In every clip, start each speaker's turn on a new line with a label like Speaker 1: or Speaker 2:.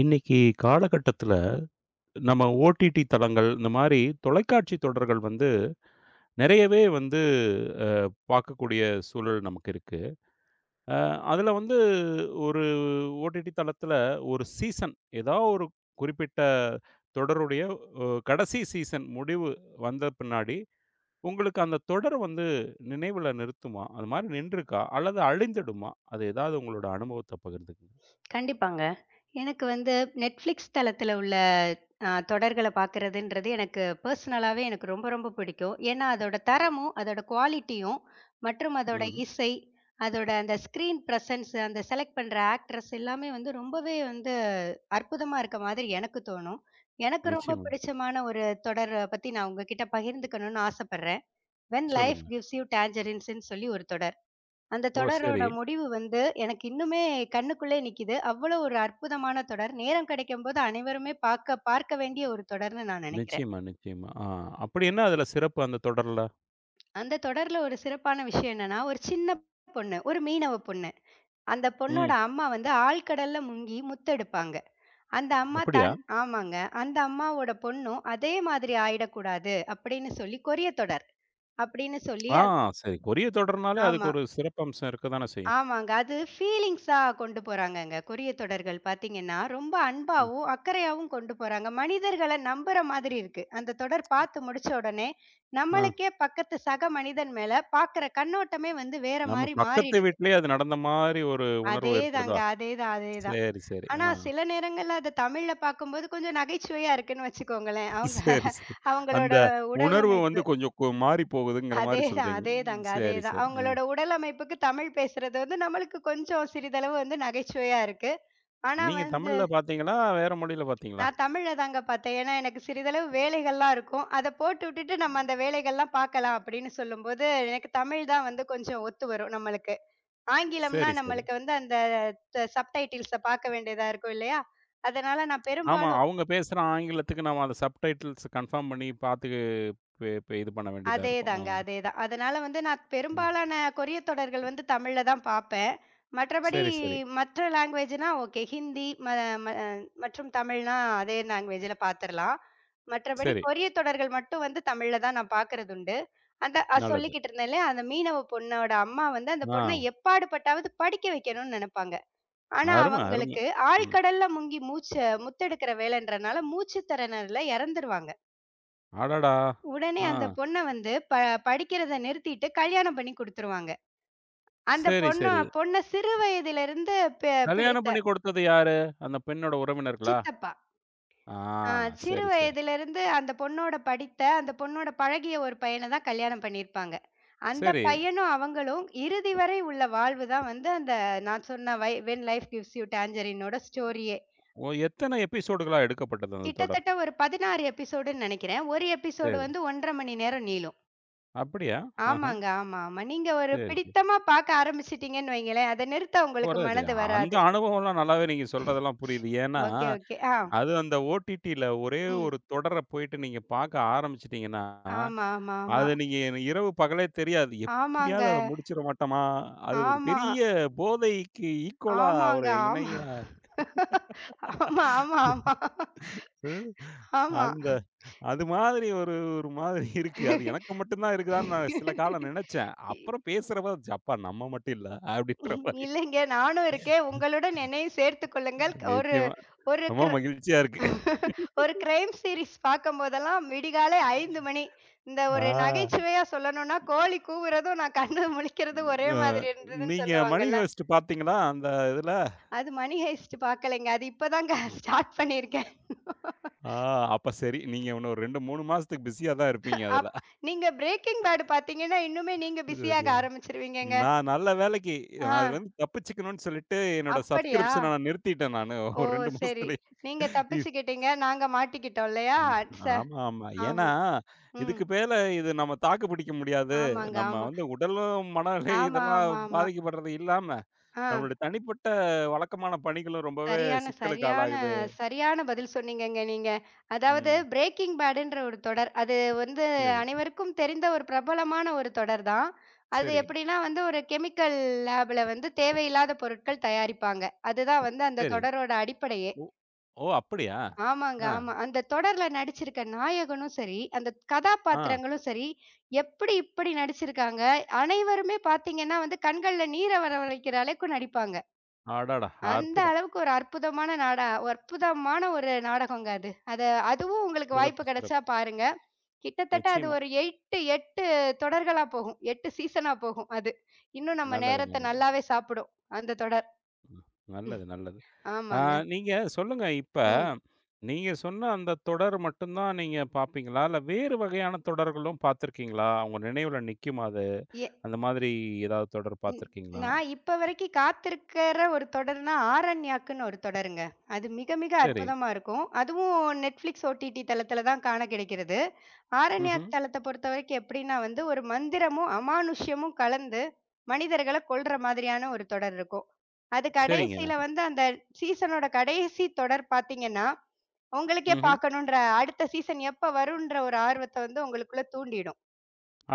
Speaker 1: இன்னைக்கு காலகட்டத்துல நம்ம ஓடிடி தளங்கள் இந்த மாதிரி தொலைக்காட்சி தொடர்கள் வந்து நிறையவே வந்து பார்க்கக்கூடிய சூழல் நமக்கு இருக்கு. அதுல வந்து ஒரு ஓடிடி தளத்துல ஒரு சீசன் ஏதோ ஒரு குறிப்பிட்ட தொடருடைய கடைசி சீசன் முடிவு வந்த பின்னாடி உங்களுக்கு அந்த தொடர் வந்து நினைவுல நிறுத்துமா, அது மாதிரி நின்றுருக்கா, அல்லது அழிந்துடுமா, அது ஏதாவது உங்களோட அனுபவத்தை பகிர்ந்துக்குங்க.
Speaker 2: கண்டிப்பாங்க. எனக்கு வந்து Netflix தளத்தில உள்ள தொடர்கள பார்க்கிறதுன்றது எனக்கு பெர்சனலாவே எனக்கு ரொம்ப ரொம்ப பிடிக்கும். ஏன்னா, அதோட தரமும், அதோட குவாலிட்டியும் மற்றும் அதோட
Speaker 1: ம்.
Speaker 2: இசை, அதோட அந்த ஸ்க்ரீன் பிரசன்ஸ், அந்த செலக்ட் பண்ற ஆக்ட்ரஸ் எல்லாமே வந்து ரொம்பவே வந்து அற்புதமா இருக்க மாதிரி எனக்கு தோணும். எனக்கு ரொம்ப
Speaker 1: நிச்சயமா.
Speaker 2: பிடிச்சமான ஒரு தொடர பத்தி நான் உங்ககிட்ட பகிர்ந்துக்கணும்னு ஆசைப்படுறேன். "வென் லைஃப்
Speaker 1: சொல்லுங்க.
Speaker 2: கிவ்ஸ் யூ டாங்கரின்ஸ்ன்னு" சொல்லி ஒரு தொடர். அந்த
Speaker 1: ஓ சரி.
Speaker 2: தொடரோட முடிவு வந்து, எனக்கு இன்னுமே கண்ணுக்குள்ளே நிக்குது. அவ்வளோ ஒரு அற்புதமான தொடர். நேரம் கிடைக்கும்போது அனைவருமே பாக்க பார்க்க வேண்டிய ஒரு தொடர்ன்னு நான் நெனைக்கிறேன்.
Speaker 1: நிச்சயமா, நிச்சயமா. ஆ. அப்படி என்ன அதுல சிறப்பு அந்த தொடர்ல?
Speaker 2: அந்த தொடர்ல ஒரு சிறப்பான விஷயம் என்னன்னா, ஒரு சின்ன பொண்ணு, ஒரு மீனவ பொண்ணு. அந்த பொண்ணோட
Speaker 1: ம்.
Speaker 2: அம்மா வந்து ஆழ்கடல்ல முங்கி முத்தெடுப்பாங்க. அந்த அம்மா
Speaker 1: அப்படியா?
Speaker 2: தன் ஆமாங்க. அந்த அம்மாவோட பொண்ணும் அதே மாதிரி ஆயிடக்கூடாது அப்படின்னு சொல்லி, கொரிய தொடர் அப்படின்னு சொல்லி
Speaker 1: ஆ சரி. கொரிய தொடர்னாலே
Speaker 2: ஆமா.
Speaker 1: அதுக்கு ஒரு சிறப்பம்சம் இருக்கத்தானே செய்யும்.
Speaker 2: ஆமாங்க. அது ஃபீலிங்ஸா கொண்டு போறாங்கங்க. கொரிய தொடர்கள் பார்த்தீங்கன்னா, ரொம்ப
Speaker 1: ம்.
Speaker 2: அன்பாவும், அக்கறையாவும் கொண்டு போறாங்க. மனிதர்கள நம்புற மாதிரி இருக்கு. அந்த தொடர் பார்த்து முடிச்ச உடனே,
Speaker 1: ஆ.
Speaker 2: நம்மளுக்கே பக்கத்து சக மனிதன் மேல பார்க்குற கண்ணோட்டமே வந்து வேற
Speaker 1: நம்ம
Speaker 2: மாரி
Speaker 1: பக்கத்து
Speaker 2: மாறிடுது.
Speaker 1: வீட்லயே அது நடந்த மாரி ஒரு உணர்வு ஏற்படுதா?
Speaker 2: அதேதாங்க. அதேதான், அதேதான்.
Speaker 1: சரி, சரி.
Speaker 2: ஆனா
Speaker 1: ஆ.
Speaker 2: சில நேரங்கள்ல அத தமிழ்ல பார்க்கும்போது கொஞ்சம் நகைச்சுவையா இருக்குன்னு வச்சுக்கோங்களேன். அவங்க
Speaker 1: சரி, சரி. அந்த
Speaker 2: அவங்களோட
Speaker 1: உணர்வு வந்து
Speaker 2: உடலமைப்பு
Speaker 1: கொஞ்சம் மாறி போகுதுங்கிற மாரி
Speaker 2: அதேதான்,
Speaker 1: சொல்றீங்க. ம்,
Speaker 2: அதேதாங்க,
Speaker 1: சரி,
Speaker 2: அதேதான்.
Speaker 1: சரி. ஆ.
Speaker 2: அவங்களோட உடலமைப்புக்கு தமிழ் பேசுறது வந்து நம்மளுக்கு கொஞ்சம் சிறிதளவு வந்து நகைச்சுவையா இருக்கு. ஆனா
Speaker 1: நீங்க
Speaker 2: வந்து,
Speaker 1: தமிழ்ல பார்த்தீங்களா? வேற மொழியில பார்த்தீங்களா?
Speaker 2: நான் தமிழ்ல தாங்க பாத்தேன். ஏன்னா, எனக்கு சிறிதளவு வேலைகள்லாம் இருக்கும். அத போட்டு விட்டுட்டு நம்ம அந்த வேலைகள்லாம் பாக்கலாம் அப்படின்னு சொல்லும்போது, எனக்கு தமிழ் தான் வந்து கொஞ்சம் ஒத்து வரும் நம்மளுக்கு. ஆங்கிலம்னா
Speaker 1: சரி, சரி.
Speaker 2: நம்மளுக்கு வந்து அந்த சப்டைட்டில்ஸ பாக்க வேண்டியதா இருக்கும் இல்லையா? அதனால நான்
Speaker 1: ஆமா.
Speaker 2: பெரும்பாலும்
Speaker 1: அவங்க பேசுற ஆங்கிலத்துக்கு நம்ம அந்த சப்டைட்டில்ஸ் கன்ஃபார்ம் பண்ணி பார்த்து பே பே இது பண்ண வேண்டியதா இருக்கும். ஆ.
Speaker 2: அதேதாங்க, அதேதான். அதனால வந்து நான்
Speaker 1: ம்.
Speaker 2: பெரும்பாலான கொரிய தொடர்கள் வந்து தமிழ்ல தான் பார்ப்பேன். மற்றபடி
Speaker 1: சரி, சரி,
Speaker 2: மற்ற லாங்குவேஜ்னா ஓகே. ஹிந்தி ம ம மற்றும் தமிழ்னா அதே லாங்குவேஜ்ல பார்த்துரலாம். மற்றபடி
Speaker 1: சரி.
Speaker 2: கொரிய தொடர்கள் மட்டும் வந்து தமிழ்ல தான் நான் பார்க்கறதுண்டு. அந்த
Speaker 1: நல்லது.
Speaker 2: சொல்லிக்கிட்டு இருந்தேன்ல, அந்த மீனவ பொண்ணோட அம்மா வந்து அந்த பொண்ண
Speaker 1: ஆ.
Speaker 2: எப்பாடு பட்டாவது படிக்க வைக்கணும்னு நெனப்பாங்க. ஆனா
Speaker 1: அரும, அரும.
Speaker 2: அவங்களுக்கு
Speaker 1: ம்.
Speaker 2: ஆழ்கடல்ல முங்கி முத்தெடுக்கிற வேலைன்றனால மூச்சு திணறல்ல இறந்துருவாங்க.
Speaker 1: அடடா!
Speaker 2: உடனே
Speaker 1: ஆ.
Speaker 2: அந்த பொண்ண வந்து படிக்கிறத நிறுத்திட்டு கல்யாணம் பண்ணி குடுத்துருவாங்க. அந்த
Speaker 1: சரி,
Speaker 2: பொண்ணு
Speaker 1: சரி.
Speaker 2: பொண்ண சிறு வயதிலிருந்து பி
Speaker 1: கல்யாணம்
Speaker 2: பிடித்த
Speaker 1: பண்ணி கொடுத்தது யாரு? அந்த பெண்ணோட உறவினர்களா?
Speaker 2: சித்தப்பா.
Speaker 1: ஆ.
Speaker 2: ஆ சிறு
Speaker 1: சரி, சரி.
Speaker 2: வயதிலிருந்து அந்த பொண்ணோட படித்த, அந்த பொண்ணோட பழகிய ஒரு பையன தான் கல்யாணம் பண்ணியிருப்பாங்க. அந்த
Speaker 1: சரி.
Speaker 2: பையனும் அவங்களும் இறுதி வரை உள்ள வாழ்வு தான் வந்து அந்த நான் சொன்ன "வென் லைஃப் கிவ்ஸ் யூ டாஞ்சரினோட" ஸ்டோரியே.
Speaker 1: ஓ! எத்தன எபிசோடுகளா எடுக்கப்பட்டது அந்த தொடர்?
Speaker 2: கிட்டத்தட்ட ஒரு 16 எபிசோடுன்னு நெனைக்கிறேன். ஒரு எபிசோடு
Speaker 1: சரி.
Speaker 2: வந்து 1 1/2 மணி நேரம் நீளும்.
Speaker 1: அப்படியா? ஆஹா.
Speaker 2: ஆமாங்க. ஆமா, ஆமா. நீங்க ஒரு
Speaker 1: சரி, சரி.
Speaker 2: பிடித்தமா பாக்க ஆரம்பிச்சுட்டீங்கன்னு வைங்களேன், அத நிறுத்த உங்களுக்கு
Speaker 1: கொறையுது.
Speaker 2: மனது
Speaker 1: அந்த
Speaker 2: வராது.
Speaker 1: அனுபவம்லாம் நல்லாவே, நீங்க சொல்றதெல்லாம் புரியுது. ஏன்னா,
Speaker 2: ஓகே, ஓகே. ஆ.
Speaker 1: அது அந்த ஓடிடில ஒரே
Speaker 2: ம்.
Speaker 1: ஒரு தொடர போயிட்டு நீங்க பார்க்க ஆரம்பிச்சுட்டீங்கன்னா,
Speaker 2: ஆமா, ஆமா, ஆமா.
Speaker 1: அது நீங்க எனக்கு இரவு பகலே தெரியாது.
Speaker 2: ஆமாங்க.
Speaker 1: எப்படியாவது அத முடிச்சிட மாட்டோமா? அது ஒரு
Speaker 2: ஆமா.
Speaker 1: பெரிய போதைக்கு ஈக்குவலா
Speaker 2: ஆமாங்க.
Speaker 1: ஒரு
Speaker 2: ஆமா.
Speaker 1: இணைய.
Speaker 2: ஆமா, ஆமா, ஆமா.
Speaker 1: ம்.
Speaker 2: ஆமா.
Speaker 1: அந்த அது மாதிரி ஒரு ஒரு மாதிரி இருக்கு. அது எனக்கு மட்டும் தான் இருக்குதான்னு நான் சில காலம் நினைச்சேன்.
Speaker 2: இ
Speaker 1: அப்புறம் பேசுறப்ப, "அப்பா நம்ம மட்டும் இல்ல" அப்படின்ற
Speaker 2: இ-
Speaker 1: மாரி.
Speaker 2: இல்லைங்க. நானும் இருக்கேன். உங்களுடன் என்னையும் சேர்த்துக் கொள்ளுங்கள். ஒரு
Speaker 1: நிச்சயமா.
Speaker 2: ஒரு
Speaker 1: ரொம்ப
Speaker 2: கிர
Speaker 1: மகிழ்ச்சியா இருக்கு.
Speaker 2: ஒரு கிரைம் சீரிஸ் பார்க்கும்போதெல்லாம் விடிகாலை 5:00 மணி. இந்த ஒரு
Speaker 1: ஆ.
Speaker 2: நகைச்சுவையா சொல்லணும்னா, கோழி கூவுறதும், நான் கண்ணு முழிக்கிறதும் ஒரே
Speaker 1: அ
Speaker 2: மாதிரி இருந்ததுன்னு
Speaker 1: நீங்க மணி
Speaker 2: சொல்லுவாங்கல்ல.
Speaker 1: ஹெய்ஸ்ட் பார்த்தீங்களா? அந்த இதுல?
Speaker 2: அது மணி ஹெய்ஸ்ட் பார்க்கலைங்க. அது இப்ப தாங்க ஸ்டார்ட் பண்ணியிருக்கேன்.
Speaker 1: ஆ அப்ப சரி. நீங்க இன்னும் ஒரு 2, 3 மாசத்துக்கு பிஸியா தான் இருப்பீங்க அதுல.
Speaker 2: அப் நீங்க பிரேக்கிங் பேட் பார்த்தீங்கன்னா, இன்னுமே நீங்க பிஸியாக
Speaker 1: சரியா?
Speaker 2: ஆரம்பிச்சுருவீங்கங்க.
Speaker 1: நான் நல்ல வேலைக்கு,
Speaker 2: ஆ
Speaker 1: நான் அதுலருந்து தப்பிச்சுக்கணும்னு சொல்லிட்டு, என்னோட
Speaker 2: அப்படியா?
Speaker 1: சப்ஸ்கிரிப்ஷன நான் நிறுத்திட்டேன் நானு.
Speaker 2: ஓ!
Speaker 1: ஒரு 2
Speaker 2: சரி.
Speaker 1: மாசத்துலயே.
Speaker 2: நீங்க
Speaker 1: இ
Speaker 2: தப்பிச்சுக்கிட்டீங்க. நாங்க மாட்டிக்கிட்டோம் இல்லையா?
Speaker 1: ம்.
Speaker 2: ச
Speaker 1: ஆமா, ஆமா. ஏன்னா,
Speaker 2: ஆமா. ம்.
Speaker 1: இதுக்கு மேல இது நம்ம தாக்கு பிடிக்க முடியாது.
Speaker 2: ஆமாங்க.
Speaker 1: நம்ம
Speaker 2: ஆமா.
Speaker 1: வந்து உடலும், மனநிலை
Speaker 2: ஆமா,
Speaker 1: இதெல்லாம்
Speaker 2: ஆமா, ஆமா.
Speaker 1: பாதிக்கப்படுறது இல்லாம,
Speaker 2: ஆ.
Speaker 1: நம்மளுடைய தனிப்பட்ட வழக்கமான பணிகளும் ரொம்பவே
Speaker 2: சரியான
Speaker 1: சிக்கலுக்கு
Speaker 2: சரியான
Speaker 1: ஆளாகுது.
Speaker 2: சரியான பதில் சொன்னீங்கங்க நீங்க. அதாவது
Speaker 1: ம்.
Speaker 2: "பிரேக்கிங் பேடுன்ற" ஒரு தொடர். அது வந்து
Speaker 1: சரி,
Speaker 2: அனைவருக்கும் தெரிந்த ஒரு பிரபலமான ஒரு தொடர் தான். அது
Speaker 1: சரி,
Speaker 2: எப்படின்னா வந்து ஒரு கெமிக்கல் லேப்ல வந்து தேவையில்லாத பொருட்கள் தயாரிப்பாங்க. அதுதான் வந்து அந்த
Speaker 1: சரி.
Speaker 2: தொடரோட அடிப்படையே.
Speaker 1: ஓ! ஓ! அப்படியா?
Speaker 2: ஆமாங்க,
Speaker 1: ஆ,
Speaker 2: ஆமா. அந்த தொடர்ல நடிச்சிருக்க நாயகனும் சரி, அந்த
Speaker 1: ஆ.
Speaker 2: கதாபாத்திரங்களும் சரி, எப்படி இப்படி நடிச்சிருக்காங்க. அனைவருமே பார்த்தீங்கன்னா வந்து கண்கள்ல நீர வர வைக்கிற அளவுக்கு நடிப்பாங்க.
Speaker 1: அடடா!
Speaker 2: அந்த
Speaker 1: அற்புதம்.
Speaker 2: அளவுக்கு ஒரு அற்புதமான நாடா ஒரு அற்புதமான ஒரு நாடகங்க அது. அத அதுவும் உங்களுக்கு
Speaker 1: சிறப்பு,
Speaker 2: வாய்ப்பு கிடைச்சா
Speaker 1: சிறப்பு.
Speaker 2: பாருங்க. கிட்டத்தட்ட அது
Speaker 1: நிச்சயமா.
Speaker 2: ஒரு 8, 8 தொடர்களா போகும். 8 சீசனா போகும் அது. இன்னும் நம்ம
Speaker 1: நல்லது,
Speaker 2: நேரத்த
Speaker 1: நல்லது.
Speaker 2: நல்லாவே சாப்பிடும், அந்த தொடர். ம்.
Speaker 1: நல்லது, நல்லது. ஆ,
Speaker 2: ஆமாங்க.
Speaker 1: நீங்க சொல்லுங்க இப்ப,
Speaker 2: ம்.
Speaker 1: நீங்க சொன்ன அந்த தொடர் மட்டும் தான் நீங்க பார்ப்பீங்களா? இல்ல வேறு வகையான தொடர்களும் பார்த்திருக்கீங்களா? உங்க நினைவுல நிக்குமா அது?
Speaker 2: எ
Speaker 1: அந்த மாதிரி ஏதாவது தொடர்
Speaker 2: ம்.
Speaker 1: பார்த்திருக்கீங்களா?
Speaker 2: நான் இப்ப வரைக்கும் காத்திருக்கிற ஒரு தொடர்னா, ஆரண்யாக்குன்னு ஒரு தொடருங்க. அது மிக, மிக
Speaker 1: சரி.
Speaker 2: அற்புதமா இருக்கும். அதுவும் Netflix, OTT தளத்தில தான் காண கிடைக்கிறது.
Speaker 1: ம்ஹ்ம்.
Speaker 2: ஆரண்யாக் தளத்த பொறுத்தவரைக்கும் எப்படின்னா வந்து, ஒரு மந்திரமும், அமானுஷ்யமும் கலந்து மனிதர்கள கொல்ற மாதிரியான ஒரு தொடர் இருக்கும். அது கடைசியில
Speaker 1: சரிங்க.
Speaker 2: வந்து அந்த சீசனோட கடைசி தொடர் பார்த்தீங்கன்னா, உங்களுக்கே
Speaker 1: ம்ஹ்ம்.
Speaker 2: பார்க்கணுன்ற அடுத்த சீசன் எப்ப வரும்ன்ற ஒரு ஆர்வத்த வந்து உங்களுக்குள்ள தூண்டிடும்.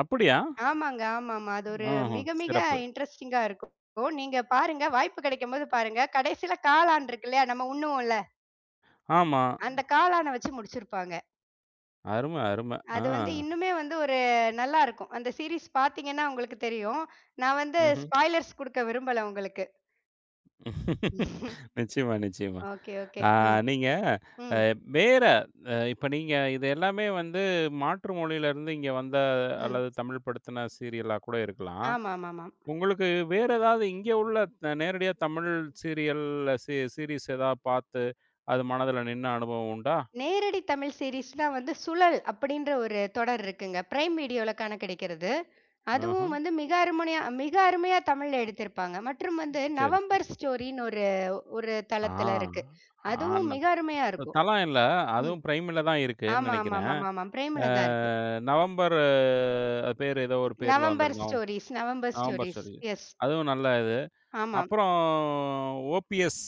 Speaker 1: அப்படியா?
Speaker 2: ஆமாங்க. ஆமாமா. அது ஒரு
Speaker 1: ம்ஹ்ம்.
Speaker 2: மிக, மிக
Speaker 1: சிறப்பு.
Speaker 2: இன்ட்ரஸ்டிங்கா இருக்கும். நீங்க பாருங்க, வாய்ப்பு கிடைக்கும்போது பாருங்க. கடைசியில காளான் இருக்கு இல்லையா? நம்ம உண்ணுவோம்ல.
Speaker 1: ஆமா.
Speaker 2: அந்த காளான வச்சு முடிச்சிருப்பாங்க.
Speaker 1: அரும, அரும. ஆ.
Speaker 2: அது வந்து இன்னுமே வந்து ஒரு நல்லாருக்கும். அந்த சீரிஸ் பார்த்தீங்கன்னா உங்களுக்கு தெரியும். நான் வந்து
Speaker 1: ம்ஹ்ம்.
Speaker 2: ஸ்பாய்லர்ஸ் குடுக்க விரும்பல உங்களுக்கு.
Speaker 1: நிச்சயமா, நிச்சயமா.
Speaker 2: Okay, okay.
Speaker 1: ஆ. நீங்க அ
Speaker 2: ம்,
Speaker 1: வேற அ இப்ப நீங்க இது எல்லாமே வந்து மாற்று மொழியிலிருந்து இங்க வந்த
Speaker 2: ம்.
Speaker 1: அல்லது தமிழ் படுத்தின சீரியலா கூட இருக்கலாம்.
Speaker 2: ஆமாமாமா.
Speaker 1: உங்களுக்கு வேற ஏதாவது இங்க உள்ள நேரடியா தமிழ் சீரியல் சீரிஸ் ஏதாவது பார்த்து, அது மனதுல நின்ன அனுபவம் உண்டா?
Speaker 2: நேரடி தமிழ் சீரிஸ்னா வந்து "சுழல்" அப்படின்ற ஒரு தொடர் இருக்குங்க. பிரைம் வீடியோல காண கிடைக்கிறது.
Speaker 1: ம்ஹ்ம்.
Speaker 2: அதுவும் வந்து மிக அருமனையா மிக அருமையா தமிழ்ல எடுத்திருப்பாங்க. மற்றும் வந்து
Speaker 1: சரி, சரி.
Speaker 2: நவம்பர் ஸ்டோரின்னு ஒரு ஒரு
Speaker 1: ஆ.
Speaker 2: தளத்துல இருக்கு.
Speaker 1: ஆ
Speaker 2: அதுவும்
Speaker 1: ந
Speaker 2: மிக அருமையா
Speaker 1: த
Speaker 2: இருக்கும்.
Speaker 1: தலாம் இல்ல.
Speaker 2: ம்.
Speaker 1: அதுவும் பிரைம்ல தான் இருக்குன்னு
Speaker 2: ஆமா, ஆமா,
Speaker 1: நினைக்கிறேன்.
Speaker 2: ஆமா, ஆமா. ஆமா.
Speaker 1: அ
Speaker 2: பிரைம்ல தான் இருக்கு.
Speaker 1: நவம்பர் அது பேரு ஏதோ ஒரு பேர்ல வந்துரும்.
Speaker 2: November
Speaker 1: November
Speaker 2: stories.
Speaker 1: Surgery.
Speaker 2: Yes.
Speaker 1: அதுவும் நல்ல இது.
Speaker 2: ஆமாம்.
Speaker 1: அப்புறம் ஓபிஎஸ்.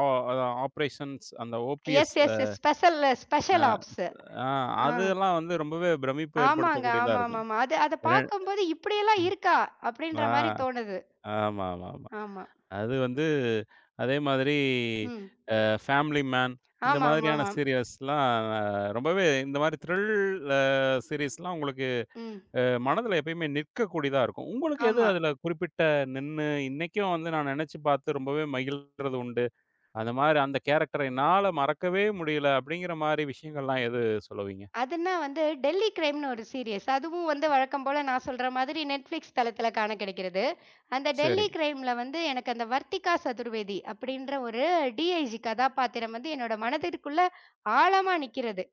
Speaker 1: ஆ. அதான் ஆப்பரேஷன்ஸ் அந்த OPS.
Speaker 2: Yes. Special special ops.
Speaker 1: ஆ.
Speaker 2: ஆ.
Speaker 1: அதெல்லாம் வந்து ரொம்பவே பிரமிப்பு
Speaker 2: ஆமாங்க.
Speaker 1: ஏற்படுத்தக்கூடியதா இருக்கும்.
Speaker 2: ஆமாமாமா. அத
Speaker 1: ரெ
Speaker 2: பார்க்கும்போது இப்படியெல்லாம்
Speaker 1: ம்.
Speaker 2: இருக்கா? அப்படின்ற
Speaker 1: ஆ.
Speaker 2: மாரி தோணுது.
Speaker 1: ஆமா, ஆமா, ஆமா.
Speaker 2: ஆமா.
Speaker 1: அது வந்து அதே மாதிரி
Speaker 2: ம்.
Speaker 1: ஃபேமிலி மேன், இந்த மாதிரியான
Speaker 2: ஆமாமாமா.
Speaker 1: சீரியஸ்லாம் ரொம்பவே இந்த மாதிரி த்ரில் அ சீரிஸ்லாம் உங்களுக்கு
Speaker 2: ம்.
Speaker 1: அ மனதில எப்பயுமே நிற்கக்கூடியதா இருக்கும். உங்களுக்கு எது
Speaker 2: ஆமா.
Speaker 1: அதில குறிப்பிட்ட நின்னு இன்னைக்கும் வந்து நான் நெனச்சு பார்த்து ரொம்பவே மகிழ்றது உண்டா? அந்த மாரி அந்த கேரக்டர என்னால மறக்கவே முடியல அப்படிங்கிற மாரி விஷயங்கள்லாம் எது சொல்லுவீங்க?
Speaker 2: அதுன்னா வந்து டெல்லி கிரைம்ன்னு ஒரு சீரியஸ். அதுவும் வந்து வழக்கம் போல நான் சொல்ற மாதிரி Netflix தளத்தில காண கிடைக்கிறது. அந்த
Speaker 1: சரி.
Speaker 2: டெல்லி கிரைம்ல வந்து எனக்கு அந்த வர்த்திகா சதுர்வேதி அப்படின்ற ஒரு டிஐஜி கதாபாத்திரம் வந்து என்னோட மனதிற்குள்ள ஆழமா நிக்கிறது.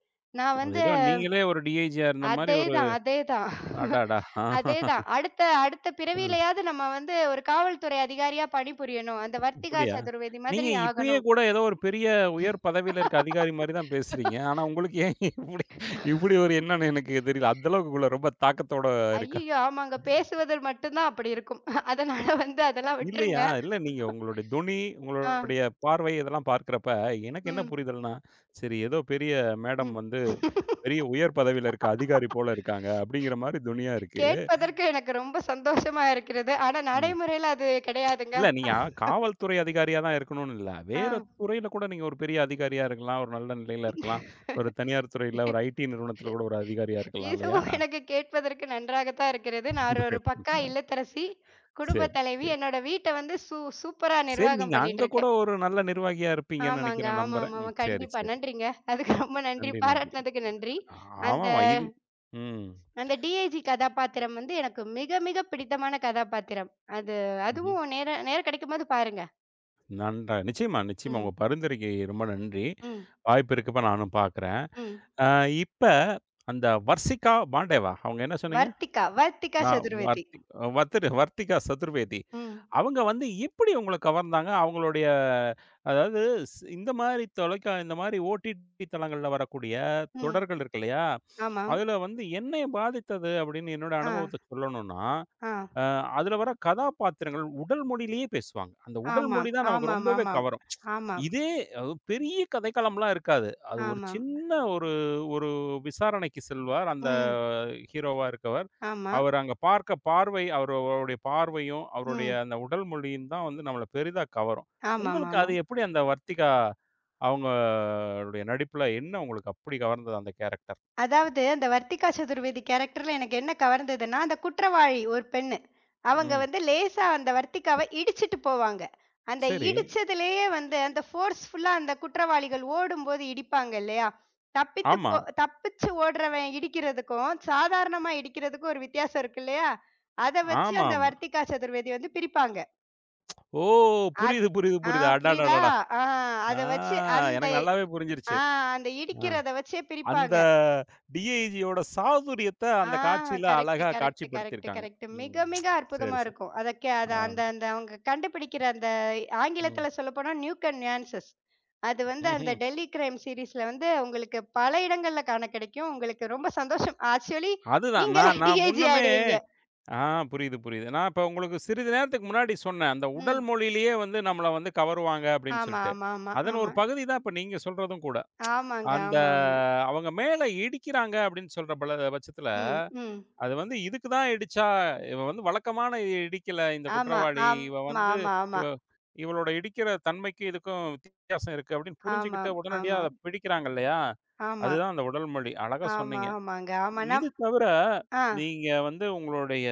Speaker 2: நான்
Speaker 1: அது
Speaker 2: வந்து
Speaker 1: ஏதோ நீங்களே ஒரு டி.ஐ.ஜி.யா இருந்த மாரி ஒரு.
Speaker 2: அதேதான், அதேதான்,
Speaker 1: அடாடா!
Speaker 2: அதேதான். அடுத்த அடுத்த
Speaker 1: அ
Speaker 2: பிறவியிலயாவது நம்ம வந்து ஒரு காவல்துறை அதிகாரியா பணிபுரியணும். அந்த வர்த்திகா
Speaker 1: அப்படியா?
Speaker 2: சதுர்வேதி
Speaker 1: நீங்க
Speaker 2: மாதிரி
Speaker 1: இப்பயே
Speaker 2: ஆகணும்.
Speaker 1: கூட ஏதோ ஒரு பெரிய உயர் பதவியில இருக்க அதிகாரி மாரி தான் பேசுறீங்க. ஆனா உங்களுக்கு ஏன் இப்படி இப்படி ஒரு எண்ணம்னு எனக்கு தெரியல. அந்த அளவுக்கு உள்ள ரொம்ப தாக்கத்தோட இருக்கா?
Speaker 2: ஐயய்யோ! ஆமாங்க. பேசுவதில் மட்டும் தான் அப்படி இருக்கும். அதனால வந்து அதெல்லாம்
Speaker 1: இல்லையா?
Speaker 2: விட்டுருங்க.
Speaker 1: இல்ல நீங்க உங்களுடைய தொனி,
Speaker 2: ஆ,
Speaker 1: உங்களுடைய பார்வை இதெல்லாம் பார்க்கிறப்ப, எனக்கு என்ன
Speaker 2: ம்,
Speaker 1: புரிதல்னா, சரி ஏதோ பெரிய மேடம்
Speaker 2: ம்.
Speaker 1: வந்து, பெரிய உயர் பதவியில இருக்க அதிகாரி போல இருக்காங்க, அப்படிங்கிற மாரி தொனியா இருக்கு.
Speaker 2: கேட்பதற்கு எனக்கு ரொம்ப சந்தோஷமா இருக்கிறது. ஆனா
Speaker 1: ம்.
Speaker 2: நடைமுறையில அது கிடையாதுங்க.
Speaker 1: இல்ல நீங்க காவல்துறை அதிகாரியா தான் இருக்கணும்னு இல்ல.
Speaker 2: ஆ.
Speaker 1: வேற துறையில கூட நீங்க ஒரு பெரிய அதிகாரியா இருக்கலாம், ஒரு நல்ல நிலையில இருக்கலாம். ஒரு தனியார் துறையில, ஒரு ஐடி நிறுவனத்தில கூட ஒரு அதிகாரியா இருக்கலாம் இல்லையா?
Speaker 2: இதுவும் எனக்கு கேட்பதற்கு நன்றாக தான் இருக்கிறது. நான் ஒரு பக்கா இல்லத்தரசி,
Speaker 1: சரி.
Speaker 2: குடும்ப தலைவி. என்னோட வீட்ட வந்து சூப்பரா
Speaker 1: சரி,
Speaker 2: நிர்வாகம்
Speaker 1: நீங்க
Speaker 2: பண்ணிட்டு
Speaker 1: அங்க கூட
Speaker 2: இருக்கேன்.
Speaker 1: ஒரு நல்ல நிர்வாகியா இருப்பீங்கன்னு
Speaker 2: ஆமாங்க.
Speaker 1: நினைக்கிறேன், நம்புறேன்.
Speaker 2: ஆமாமாமா.
Speaker 1: ம். சரி,
Speaker 2: கண்டிப்பா.
Speaker 1: சரி.
Speaker 2: நன்றிங்க. அதுக்கு ரொம்ப நன்றி.
Speaker 1: நன்றி, நன்றி.
Speaker 2: பாராட்டுனதுக்கு நன்றி. அந்த
Speaker 1: ஆமாமா. இது ம்.
Speaker 2: அந்த டிஐஜி கதாபாத்திரம் வந்து எனக்கு மிக மிக பிடித்தமான கதாபாத்திரம். அது
Speaker 1: ம்ஹ்ம்.
Speaker 2: அதுவும் நேரம் நேரம் கிடைக்கும்போது பாருங்க.
Speaker 1: நன்றா நிச்சயமா, நிச்சயமா. உங்க
Speaker 2: ம்.
Speaker 1: பரிந்துரைக்கு ரொம்ப நன்றி.
Speaker 2: ம்.
Speaker 1: வாய்ப்பு இருக்கப்ப நானும் பார்க்குறேன்.
Speaker 2: ம்.
Speaker 1: அ இப்ப அந்த வர்சிகா பாண்டேவா? அவங்க என்ன சொன்னீங்க?
Speaker 2: வர்த்திகா
Speaker 1: ஆ.
Speaker 2: சதுர்வேதி.
Speaker 1: வர்த்தி வர்த்திகா சதுர்வேதி.
Speaker 2: ம்.
Speaker 1: அவங்க வந்து எப்படி உங்கள கவர்ந்தாங்க? அவங்களுடைய, அதாவது, இந்த மாரி தொலைக்கா இந்த மாரி ஓடிடி தளங்கள்ல வரக்கூடிய
Speaker 2: ம்.
Speaker 1: தொடர்கள் இருக்கு இல்லையா?
Speaker 2: ஆமாம்.
Speaker 1: அதுல வந்து என்னைய பாதித்தது அப்படின்னு என்னோட
Speaker 2: ஆ.
Speaker 1: அனுபவத்த சொல்லணும்னா,
Speaker 2: ஆ.
Speaker 1: அ அதுல வர கதாபாத்திரங்கள் உடல் மொழியிலேயே பேசுவாங்க. அந்த உடல் மொழி
Speaker 2: ஆமாம்.
Speaker 1: தான் நமக்கு
Speaker 2: ஆமாம்,
Speaker 1: ரொம்பவே
Speaker 2: ஆமாம்.
Speaker 1: கவரும்.
Speaker 2: ஆமாம்.
Speaker 1: இதே அது பெரிய கதைக்களம்லாம் இருக்காது. அது ஒரு
Speaker 2: ஆமாம்.
Speaker 1: சின்ன ஒரு ஒரு விசாரணைக்கு செல்வார். அந்த
Speaker 2: ம்.
Speaker 1: ஹீரோவா இருக்கவர்.
Speaker 2: ஆமா.
Speaker 1: அவர் அங்க பார்க்க பார்வை, அவரு அவருடைய பார்வையும், அவருடைய
Speaker 2: ம்.
Speaker 1: அந்த உடல் மொழியும் தான் வந்து நம்மள பெரிதா கவரும். உங்களுக்கு
Speaker 2: ஆமாமாமா.
Speaker 1: அது எப்படி, அந்த வர்த்திகா, அவங்களுடைய நடிப்புல என்ன உங்களுக்கு அப்படி கவர்ந்தது அந்த கேரக்டர்?
Speaker 2: அதாவது, அந்த வர்த்திகா சதுர்வேதி கேரக்டர்ல எனக்கு என்ன கவர்ந்ததுன்னா, அந்த குற்றவாளி ஒரு பெண்ணு. அவங்க
Speaker 1: ம்.
Speaker 2: வந்து லேசா அந்த வர்த்திகாவ இடிச்சுட்டு போவாங்க. அந்த
Speaker 1: சரி.
Speaker 2: இடிச்சதுலயே வந்து அந்த ஃபோர்ஸ்ஃபுல்லா அந்த குற்றவாளிகள் ஓடும்போது இடிப்பாங்க இல்லையா? தப்பித்து
Speaker 1: ஆமா.
Speaker 2: போ தப்பிச்சு ஓடுறவன் இடிக்கிறதுக்கும், சாதாரணமா இடிக்கிறதுக்கும் ஒரு வித்தியாசம் இருக்கு இல்லையா? அத வச்சு அந்த
Speaker 1: ஆமாமா.
Speaker 2: வர்த்திகா சதுர்வேதி வந்து பிரிப்பாங்க.
Speaker 1: ஓ!
Speaker 2: அது
Speaker 1: புரியுது, புரியுது,
Speaker 2: ஆ
Speaker 1: புரியுது.
Speaker 2: புரியுதா?
Speaker 1: அடடடடா!
Speaker 2: ஆ
Speaker 1: ஆ.
Speaker 2: அத வச்சு அந்த
Speaker 1: எனக்கு நல்லாவே புரிஞ்சிருச்சு.
Speaker 2: ஆ அந்த
Speaker 1: ஆ.
Speaker 2: இடிக்கிறத வச்சே
Speaker 1: அந்த
Speaker 2: பிரிப்பாங்க.
Speaker 1: டி.ஐ.ஜி.யோட சாதுரியத்த அந்த
Speaker 2: ஆ
Speaker 1: காட்சியில
Speaker 2: கரெக்ட்,
Speaker 1: அழகா
Speaker 2: கரெக்ட், கரெக்ட்,
Speaker 1: காட்சிப்படுத்தியிருக்காங்க.
Speaker 2: கரெக்ட்.
Speaker 1: ம்.
Speaker 2: மிக, மிக
Speaker 1: சரி,
Speaker 2: அற்புதமா
Speaker 1: சரி.
Speaker 2: இருக்கும். அத கே அத
Speaker 1: ஆ.
Speaker 2: அந்த அந்த அவங்க கண்டுபிடிக்கிற அந்த
Speaker 1: ம்.
Speaker 2: ஆங்கிலத்தில சொல்லப்போனா நியூக் அண்ட் நியான்சஸ். அது வந்து அந்த
Speaker 1: ம்ஹ்ம்.
Speaker 2: டெல்லி கிரைம் சீரிஸ்ல வந்து உங்களுக்கு பல இடங்கள்ல காண கிடைக்கும். உங்களுக்கு ரொம்ப சந்தோஷம். ஆக்சுவலி
Speaker 1: அதுதான்.
Speaker 2: நீங்களே
Speaker 1: நான் நான்
Speaker 2: டி.ஐ.ஜி
Speaker 1: முன்னமே.
Speaker 2: ஆயிடுவீங்க.
Speaker 1: ஆ. புரியுது, புரியுது. நான் இப்ப உங்களுக்கு சிறிது நேரத்துக்கு முன்னாடி சொன்னேன். அந்த உடல்
Speaker 2: ம்.
Speaker 1: மொழியிலேயே வந்து நம்மள வந்து கவருவாங்க அப்படின்னு
Speaker 2: ஆமா,
Speaker 1: சொல்லிட்டு.
Speaker 2: ஆமா, ஆமா,
Speaker 1: அதன் ஒரு
Speaker 2: ஆமா.
Speaker 1: பகுதி தான் இப்ப நீங்க சொல்றதும் கூட.
Speaker 2: ஆமாங்க.
Speaker 1: அந்த
Speaker 2: ஆமா, ஆமா.
Speaker 1: அவங்க மேல இடிக்கிறாங்க அப்படின்னு சொல்ற பல பட்சத்தில,
Speaker 2: ம், ம்.
Speaker 1: அது வந்து இதுக்கு தான் இடிச்சா, இவ வந்து வழக்கமான இடிக்கல இந்த
Speaker 2: ஆமா,
Speaker 1: குற்றவாளி. இவ
Speaker 2: ஆமா,
Speaker 1: வந்து
Speaker 2: ஆமா, ஆமா.
Speaker 1: இவ இவளோட இடிக்கிற தன்மைக்கும் இதுக்கும் வித்தியாசம் இருக்கு அப்படின்னு புரிஞ்சுகிட்டு
Speaker 2: ஆமாம்,
Speaker 1: உடனடியா
Speaker 2: ஆமா,
Speaker 1: அத பிடிக்கிறாங்க இல்லையா?
Speaker 2: ஆமா,
Speaker 1: அதுதான் அந்த உடல் மொழி. அழகா
Speaker 2: ஆமா,
Speaker 1: சொன்னீங்க.
Speaker 2: ஆமாங்க. ஆமா
Speaker 1: இது
Speaker 2: நம்
Speaker 1: தவிர
Speaker 2: ஆ.
Speaker 1: நீங்க வந்து உங்களுடைய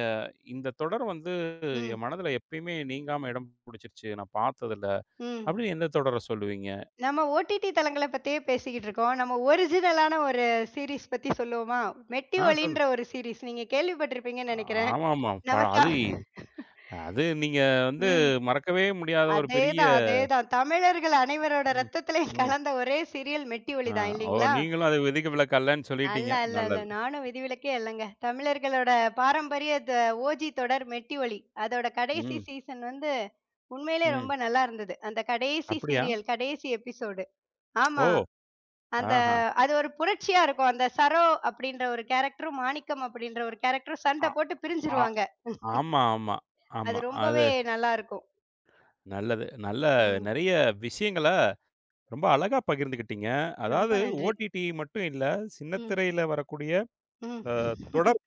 Speaker 1: இந்த தொடர் வந்து
Speaker 2: ம்,
Speaker 1: என் மனதுல எப்பயுமே நீங்காம இடம் பிடிச்சிருச்சு, நான் பார்த்ததுல,
Speaker 2: ம்.
Speaker 1: அப்படின்னு எந்த தொடர சொல்லுவீங்க?
Speaker 2: நம்ம ஓடிடி தளங்கள பத்தியே பேசிக்கிட்டு இருக்கோம். நம்ம ஒரிஜினலான ஒரு சீரிஸ் பத்தி சொல்லுவோமா? மெட்டி
Speaker 1: ஆ
Speaker 2: ஒலின்ற ஒரு சீரிஸ். நீங்க கேள்விப்பட்டிருப்பீங்கன்னு நெனைக்கிறேன்.
Speaker 1: ஆமாமா.
Speaker 2: நம்ம தா
Speaker 1: அது. அது நீங்க வந்து
Speaker 2: ம்.
Speaker 1: மறக்கவே முடியாத ஒரு பெரிய.
Speaker 2: அதேதான், அதேதான். தமிழர்கள் அனைவரோட
Speaker 1: ம்.
Speaker 2: ரத்தத்திலயும்
Speaker 1: ம்.
Speaker 2: கலந்த ஒரே சீரியல் மெட்டி
Speaker 1: ஆ.
Speaker 2: ஒலி தான்
Speaker 1: ஓ!
Speaker 2: இல்லீங்களா?
Speaker 1: நீங்களும் அது விதிக்கு விலக்கல்லன்னு சொல்லிட்டீங்க.
Speaker 2: அல்ல.
Speaker 1: நல்லது.
Speaker 2: நானும் விதிவிலக்கே இல்லங்க. தமிழர்களோட பாரம்பரிய ஓஜி தொடர் மெட்டி ஒலி. அதோட கடைசி
Speaker 1: ம்.
Speaker 2: சீசன் வந்து உண்மையிலே
Speaker 1: ம்.
Speaker 2: ரொம்ப நல்லா இருந்தது. அந்த கடைசி
Speaker 1: அப்படியா?
Speaker 2: சீரியல், கடைசி எபிசோடு. ஆமா.
Speaker 1: ஓ!
Speaker 2: அந்த
Speaker 1: ஆஹா.
Speaker 2: அது ஒரு புரட்சியா இருக்கும். அந்த சரோ அப்படின்ற ஒரு கேரக்டரும், மாணிக்கம் அப்படின்ற ஒரு கேரக்டரும்
Speaker 1: அ
Speaker 2: சண்டை போட்டு
Speaker 1: ஆ.
Speaker 2: பிரிஞ்சுருவாங்க.
Speaker 1: ஆமா, ஆமா,
Speaker 2: அது
Speaker 1: ஆமா.
Speaker 2: ரொம்பவே
Speaker 1: அது.
Speaker 2: நல்லா இருக்கும்.
Speaker 1: நல்லது. நல்ல
Speaker 2: ம்.
Speaker 1: நெறைய விஷயங்கள ரொம்ப அழகா பகிர்ந்துக்கிட்டீங்க.
Speaker 2: ரொம்ப
Speaker 1: அதாவது,
Speaker 2: நன்றி.
Speaker 1: ஓடிடி மட்டும் இல்ல,
Speaker 2: ம்,
Speaker 1: சின்னத்திரையில வரக்கூடிய
Speaker 2: ம்.
Speaker 1: தொடர்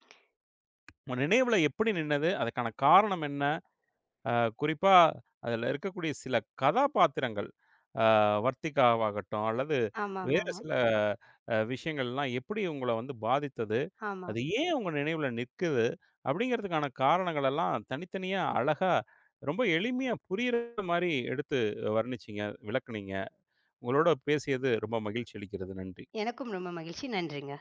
Speaker 1: உங்க நினைவுல எப்படி நின்னது? அதுக்கான காரணம் என்ன? அ குறிப்பா அதுல இருக்கக்கூடிய சில கதாபாத்திரங்கள். அ வர்த்திகாவாகட்டும், அல்லது
Speaker 2: ஆமாமாமா.
Speaker 1: வேறு
Speaker 2: ஆமாம்.
Speaker 1: சில விஷயங்கள்லாம் எப்படி உங்கள வந்து பாதித்தது? அது
Speaker 2: ஆமாம்.
Speaker 1: ஏன் உங்க நினைவுல நிக்குது? அப்படிங்கிறதுக்கான காரணங்கள் எல்லாம் தனித்தனியா அழகா, ரொம்ப எளிமையா புரியிற மாரி எடுத்து வர்ணிச்சீங்க, விளக்குனீங்க. உங்களோட பேசியது ரொம்ப மகிழ்ச்சி அளிக்கிறது. நன்றி.
Speaker 2: எனக்கும் ரொம்ப மகிழ்ச்சி. நன்றிங்க.